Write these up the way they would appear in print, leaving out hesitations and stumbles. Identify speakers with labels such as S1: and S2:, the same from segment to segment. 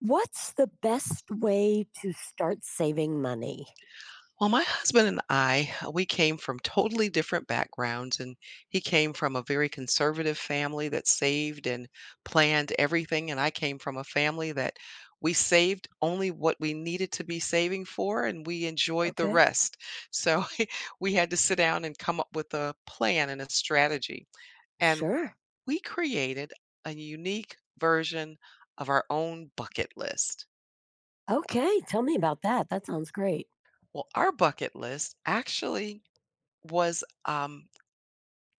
S1: What's the best way to start saving money?
S2: Well, my husband and I, we came from totally different backgrounds, and he came from a very conservative family that saved and planned everything, and I came from a family that we saved only what we needed to be saving for, and we enjoyed the
S1: Okay.
S2: rest. So we had to sit down and come up with a plan and a strategy, and
S1: Sure.
S2: we created a unique version of our own bucket list.
S1: Okay. Tell me about that. That sounds great.
S2: Well, our bucket list actually was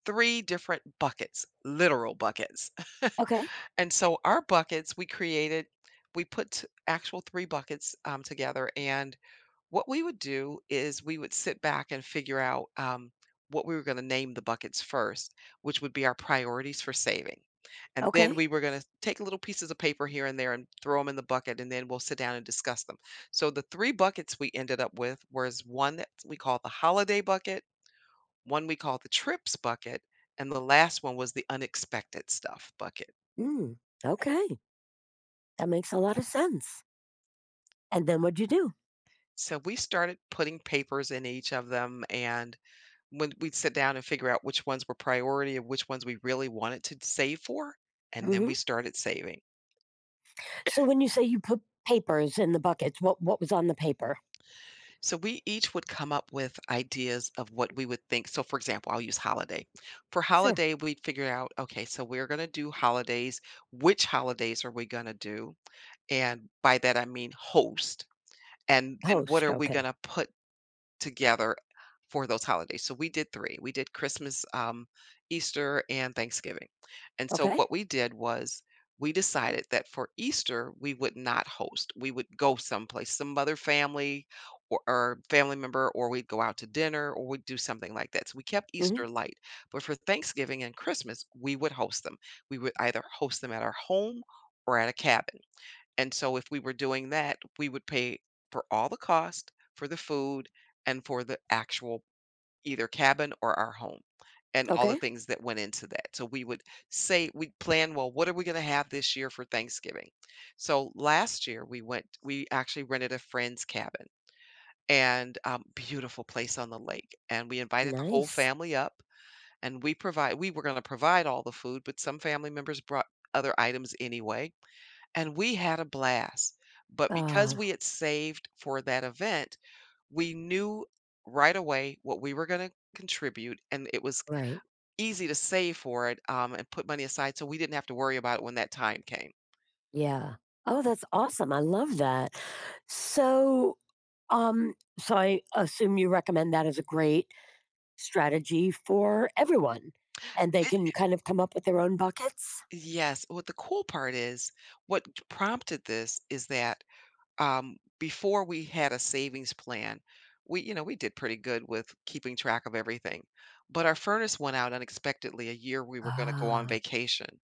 S2: 3 different buckets, literal buckets.
S1: Okay.
S2: And so our buckets, we put t actual 3 buckets, together, and what we would do is we would sit back and figure out, what we were gonna name the buckets first, which would be our priorities for saving. And then
S1: Okay.
S2: we were gonna take little pieces of paper here and there and throw them in the bucket, and then we'll sit down and discuss them. So the 3 buckets we ended up with was 1 that we call the holiday bucket, one we call the trips bucket, and the last one was the unexpected stuff bucket.
S1: Mm, okay. That makes a lot of sense. And then what'd you do?
S2: So we started putting papers in each of them, and when we'd sit down and figure out which ones were priority and which ones we really wanted to save for, and then
S1: Hmm.
S2: we started saving.
S1: So when you say you put papers in the buckets, what was on the paper?
S2: So we each would come up with ideas of what we would think. So, for example, I'll use holiday. For
S1: Sure.
S2: holiday, we figured out, okay, so we're going to do holidays. Which holidays are we going to do? And by that, I mean host. And then what
S1: Post.
S2: are we going
S1: Okay.
S2: to put together for those holidays. So we did 3. We did Christmas, Easter, and Thanksgiving. And so
S1: Okay.
S2: what we did was we decided that for Easter, we would not host. We would go someplace, some other family or family member, or we'd go out to dinner, or we'd do something like that. So we kept
S1: Hmm.
S2: Easter light, but for Thanksgiving and Christmas, we would host them. We would either host them at our home or at a cabin. And so if we were doing that, we would pay for all the cost for the food and for the actual either cabin or our home and all the
S1: Okay.
S2: things that went into that. So we would say we plan, well, what are we going to have this year for Thanksgiving? So last year we actually rented a friend's cabin and beautiful place on the lake, and we invited the whole
S1: Nice.
S2: family up, and we were going to provide all the food, but some family members brought other items anyway, and we had a blast, but because
S1: Uh,
S2: we had saved for that event, we knew right away what we were gonna contribute, and it was
S1: right.
S2: easy to save for it, and put money aside so we didn't have to worry about it when that time came.
S1: Yeah. Oh, that's awesome. I love that. So So I assume you recommend that as a great strategy for everyone, and they
S2: It
S1: can kind of come up with their own buckets?
S2: Yes, what the cool part is, what prompted this is that before we had a savings plan, we, you know, we did pretty good with keeping track of everything. But our furnace went out unexpectedly a year we were going to go on
S1: Ah,
S2: vacation.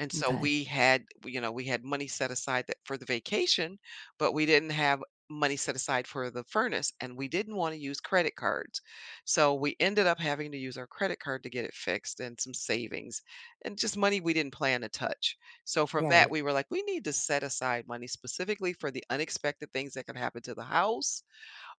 S2: And so
S1: okay.
S2: we had, you know, we had money set aside that for the vacation, but we didn't have money set aside for the furnace, and we didn't want to use credit cards. So we ended up having to use our credit card to get it fixed and some savings and just money we didn't plan to touch. So from that,
S1: Right.
S2: we were like, we need to set aside money specifically for the unexpected things that could happen to the house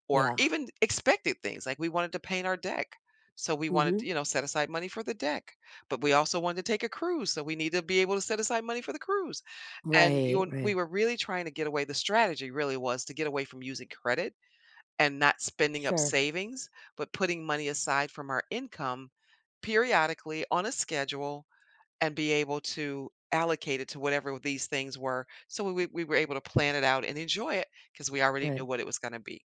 S2: or
S1: Yeah.
S2: even expected things. Like we wanted to paint our deck. So we wanted to,
S1: Mhm.
S2: you know, set aside money for the deck. But we also wanted to take a cruise. So we need to be able to set aside money for the cruise. And
S1: Right,
S2: you know, we
S1: right.
S2: were really trying to get away. The strategy really was to get away from using credit and not spending up
S1: Sure.
S2: savings, but putting money aside from our income periodically on a schedule and be able to allocate it to whatever these things were. So we were able to plan it out and enjoy it because we already knew
S1: Right.
S2: what it was gonna be.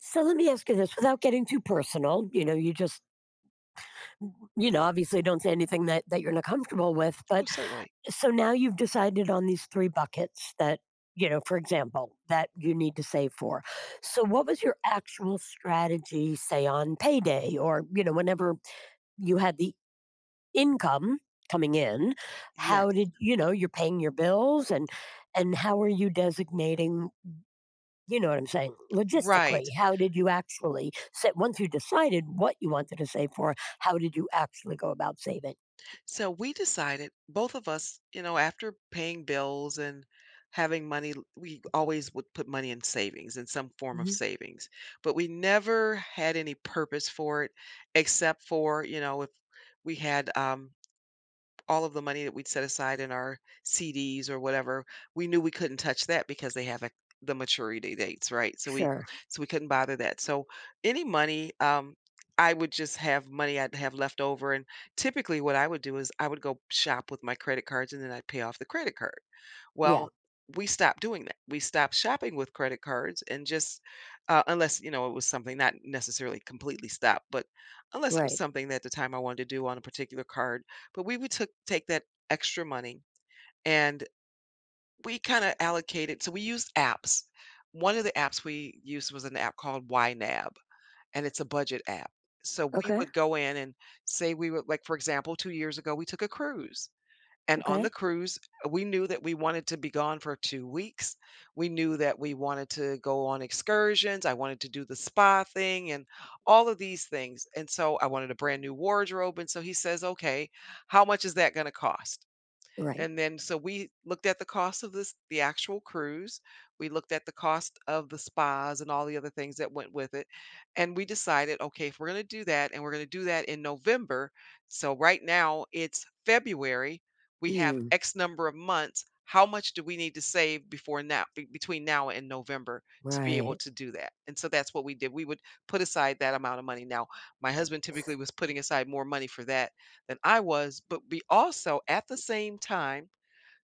S1: So let me ask you this without getting too personal, you know, you just, you know, obviously don't say anything that, that you're not comfortable with,
S2: Oh,
S1: but
S2: certainly.
S1: so now you've decided on these 3 buckets that, you know, for example, that you need to save for. So what was your actual strategy, say, on payday or, you know, whenever you had the income coming in? How
S2: Yes.
S1: did you know, you're paying your bills and how are you designating, you know what I'm saying?
S2: Right.
S1: Logistically, how did you actually set once you decided what you wanted to save for, how did you actually go about saving?
S2: So we decided, both of us, you know, after paying bills and having money, l we always would put money in savings, in some form of
S1: Mhm.
S2: savings, but we never had any purpose for it except for, you know, if we had, all of the money that we'd set aside in our CDs or whatever, we knew we couldn't touch that because they have, like, the maturity dates, right? So
S1: Sure.
S2: we couldn't bother that. So any money, I would just have money I'd have left over, and typically what I would do is I would go shop with my credit cards and then I'd pay off the credit card.
S1: Yeah.
S2: Well, we stopped doing that. We stopped shopping with credit cards and just unless, you know, it was something not necessarily completely stopped, but unless it was
S1: Right.
S2: something that at the time I wanted to do on a particular card, but we would took take that extra money, and we kinda allocated so we used apps. One of the apps we used was an app called YNAB, and it's a budget app. So we
S1: Okay.
S2: would go in and say we would like, for example, 2 years ago, we took a cruise, and on the
S1: Okay.
S2: cruise, we knew that we wanted to be gone for 2 weeks. We knew that we wanted to go on excursions. I wanted to do the spa thing and all of these things. And so I wanted a brand new wardrobe. And so he says, "Okay, how much is that gonna cost?"
S1: Right.
S2: And then so we looked at the cost of this the actual cruise. We looked at the cost of the spas and all the other things that went with it. And we decided, okay, if we're going to do that, and we're going to do that in November, so right now it's February, we have
S1: Mm,
S2: X number of months. How much do we need to save before now between now and November to be able
S1: right.
S2: to do that? And so that's what we did. We would put aside that amount of money. Now, my husband typically was putting aside more money for that than I was, but we also at the same time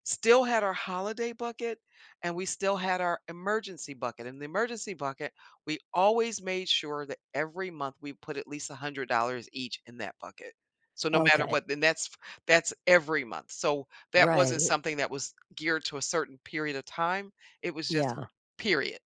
S2: still had our holiday bucket, and we still had our emergency bucket. In the emergency bucket, we always made sure that every month we put at least $100 each in that bucket. So no matter
S1: Okay.
S2: what, then that's every month. So that wasn't
S1: Right.
S2: something that was geared to a certain period of time. It was just
S1: Yeah.
S2: period.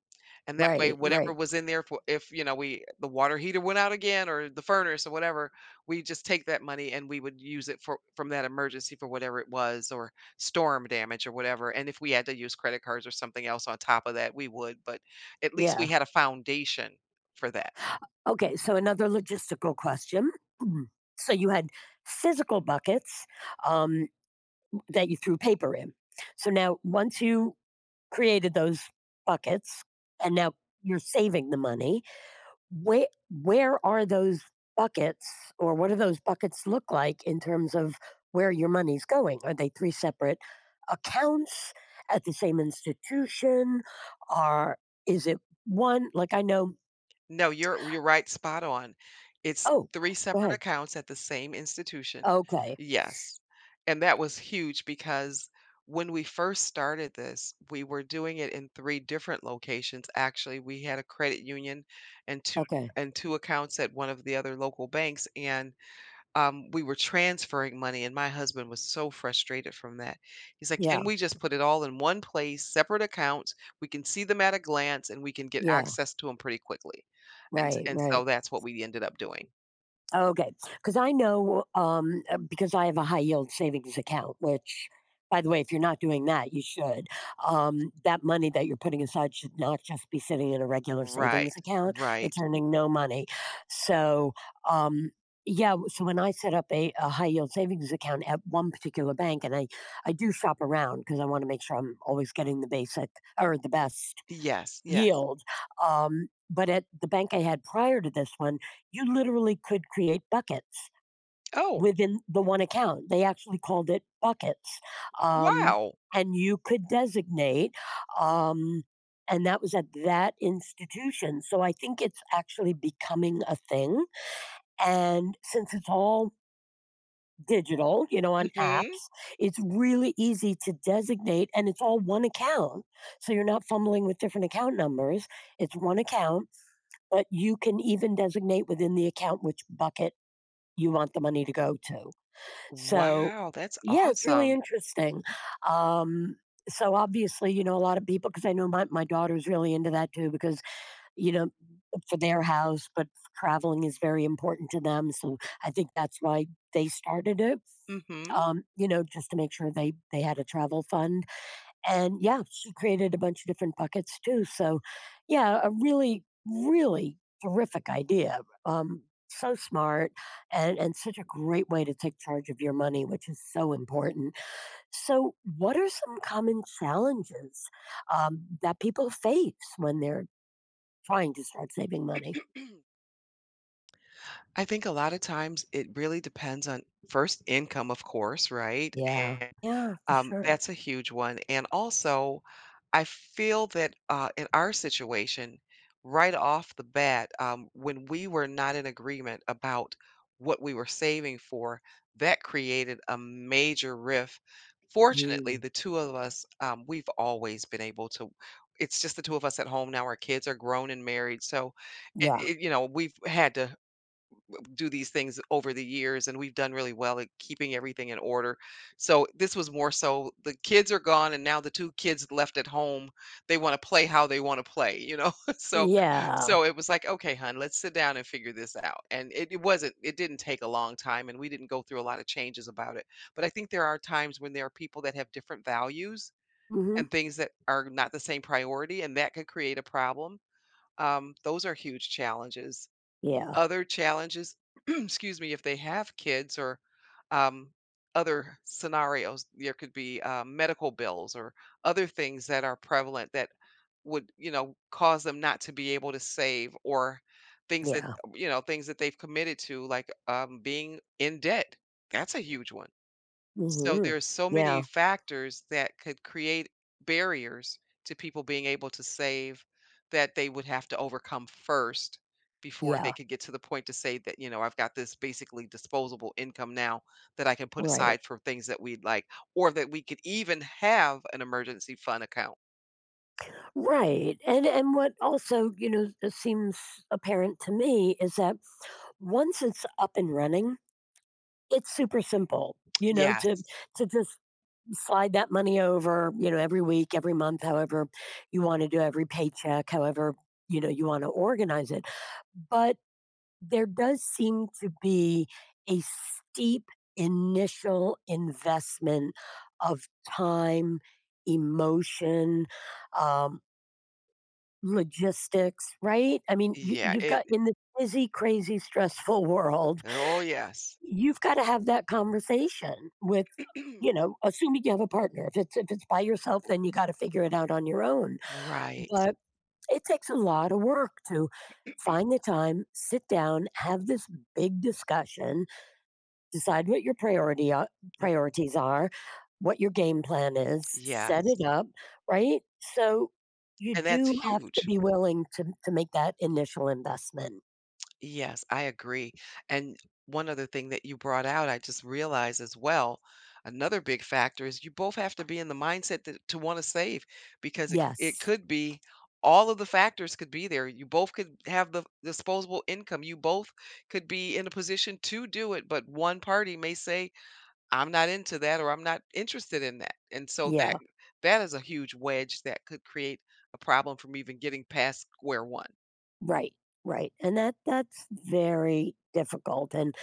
S2: And that way,
S1: Right.
S2: whatever
S1: Right.
S2: was in there, for if you know we the water heater went out again or the furnace or whatever, we just take that money and we would use it for from that emergency for whatever it was, or storm damage or whatever. And if we had to use credit cards or something else on top of that, we would, but at least we
S1: Yeah.
S2: had a foundation for that.
S1: Okay. So another logistical question. Mhm. So you had physical buckets, um, that you threw paper in. So now, once you created those buckets, and now you're saving the money, where are those buckets or what do those buckets look like in terms of where your money's going? Are they 3 separate accounts at the same institution? Are is it one, like I know.
S2: No, you're right, spot on. It's
S1: Oh,
S2: 3
S1: go
S2: separate
S1: ahead.
S2: accounts at the same institution.
S1: Okay.
S2: Yes. And that was huge because when we first started this, we were doing it in 3 different locations. Actually, we had a credit union and 2
S1: Okay.
S2: accounts at one of the other local banks, and we were transferring money, and my husband was so frustrated from that. He's like,
S1: Yeah.
S2: "Can we just put it all in one place, separate accounts? We can see them at a glance, and we can get
S1: Yeah.
S2: access to them pretty quickly."
S1: Right,
S2: And so
S1: right.
S2: that's what we ended up doing.
S1: Okay, because I know because I have a high yield savings account, which, by the way, if you're not doing that, you should. That money that you're putting aside should not just be sitting in a regular savings
S2: Right,
S1: account. It's
S2: right.
S1: earning no money. So, um, yeah, so when I set up a high yield savings account at one particular bank, and I do shop around because I want to make sure I'm always getting the basic or the best
S2: Yes, yes.
S1: yield. But at the bank I had prior to this one, you literally could create buckets
S2: Oh,
S1: within the one account. They actually called it buckets. Um,
S2: wow.
S1: and you could designate, um, and that was at that institution. So I think it's actually becoming a thing. And since it's all digital, you know, on
S2: Mhm.
S1: apps, it's really easy to designate and it's all one account. So you're not fumbling with different account numbers. It's one account but you can even designate within the account which bucket you want the money to go to. So,
S2: Wow, that's
S1: yeah, it's really
S2: awesome.
S1: interesting. Um, so obviously, you know, a lot of people, because I know my, my daughter's really into that too, because, you know, for their house, but traveling is very important to them. So I think that's why they started it,
S2: Mhm.
S1: you know, just to make sure they had a travel fund and yeah, she created a bunch of different buckets too. So, yeah, a really, really terrific idea. Um, so smart and such a great way to take charge of your money, which is so important. So, what are some common challenges that people face when they're trying to start saving money?
S2: I think a lot of times it really depends on first income, of course, right?
S1: Yeah, yeah, for sure.
S2: That's a huge one, and also, I feel that, in our situation, right off the bat, when we were not in agreement about what we were saving for, that created a major rift. Fortunately,
S1: Mm,
S2: the 2 of us, we've always been able to it's just the 2 of us at home now, our kids are grown and married, so it
S1: yeah,
S2: it you know, we've had to do these things over the years, and we've done really well at keeping everything in order. So this was more so the kids are gone, and now the two kids left at home, they want to play how they want to play, you know. So
S1: yeah.
S2: so it was like, okay, hun, let's sit down and figure this out. And it didn't take a long time, and we didn't go through a lot of changes about it. But I think there are times when there are people that have different values
S1: Hmm.
S2: and things that are not the same priority, and that could create a problem. Those are huge challenges,
S1: Yeah,
S2: other challenges, excuse me, if they have kids or um, other scenarios, there could be medical bills or other things that are prevalent that would, you know, cause them not to be able to save, or things that,
S1: yeah.
S2: you know, things that they've committed to, like being in debt. That's a huge one. So
S1: Hmm.
S2: there's so
S1: Yeah,
S2: many factors that could create barriers to people being able to save that they would have to overcome first before they
S1: yeah,
S2: could get to the point to say that, you know, I've got this basically disposable income now that I can put
S1: right.
S2: aside for things that we'd like, or that we could even have an emergency fund account.
S1: Right. And what also, you know, seems apparent to me is that once it's up and running, it's super simple, you know,
S2: Yes.
S1: to just slide that money over, you know, every week, every month, however you want to do, every paycheck, however, you know, you want to organize it. But there does seem to be a steep initial investment of time, emotion, um, logistics, right? I mean, you
S2: Yeah.
S1: you've
S2: It,
S1: got in this busy, crazy, stressful world,
S2: oh, yes.
S1: you've gotta have that conversation with, you know, assuming you have a partner. If it's by yourself, then you gotta figure it out on your own,
S2: Right.
S1: but it takes a lot of work to find the time, sit down, have this big discussion, decide what your priority a priorities are, what your game plan is, set it
S2: Yes.
S1: up, right? So you
S2: And that's
S1: do have to
S2: huge.
S1: be willing to make that initial investment.
S2: Yes, I agree. And one other thing that you brought out, I just realized as well, another big factor is you both have to be in the mindset that, to want to save because
S1: Yes.
S2: it could be all of the factors could be there. You both could have the disposable income. You both could be in a position to do it, but one party may say, "I'm not into that," or "I'm not interested in that." And so
S1: Yeah.
S2: that is a huge wedge that could create a problem from even getting past square one.
S1: Right. Right. And that that's very difficult and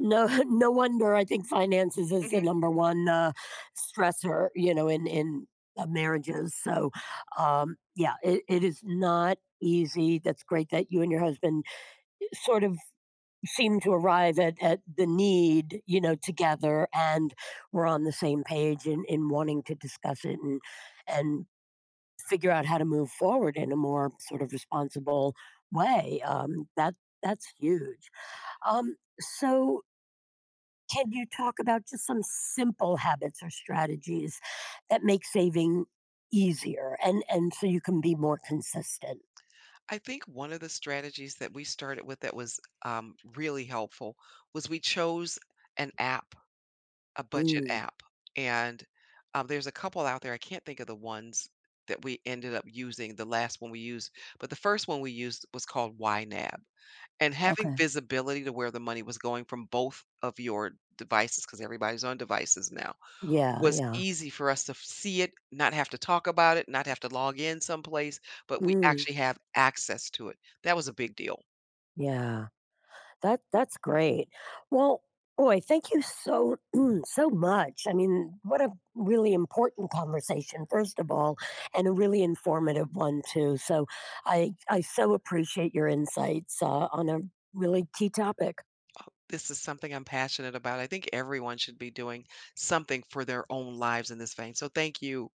S1: no no wonder I think finances is the number one, stressor, you know, in, marriages. So, yeah, it is not easy. That's great that you and your husband sort of seem to arrive at the need, you know, together and we're on the same page in wanting to discuss it and figure out how to move forward in a more sort of responsible way. That that's huge. So can you talk about just some simple habits or strategies that make saving easier and so you can be more consistent?
S2: I think one of the strategies that we started with that was, really helpful was we chose an app, a budget
S1: Mm,
S2: app, and, there's a couple out there, I can't think of the ones that we ended up using, the last one we used, but the first one we used was called YNAB, and having
S1: okay.
S2: visibility to where the money was going from both of your devices, because everybody's on devices now,
S1: Yeah,
S2: was
S1: yeah.
S2: easy for us to f see it, not have to talk about it, not have to log in someplace, but we
S1: Mm,
S2: actually have access to it. That was a big deal.
S1: yeah. That that's great. Well, boy, thank you so so much. I mean, what a really important conversation first of all and a really informative one too. So I so appreciate your insights on a really key topic.
S2: This is something I'm passionate about. I think everyone should be doing something for their own lives in this vein, so thank you.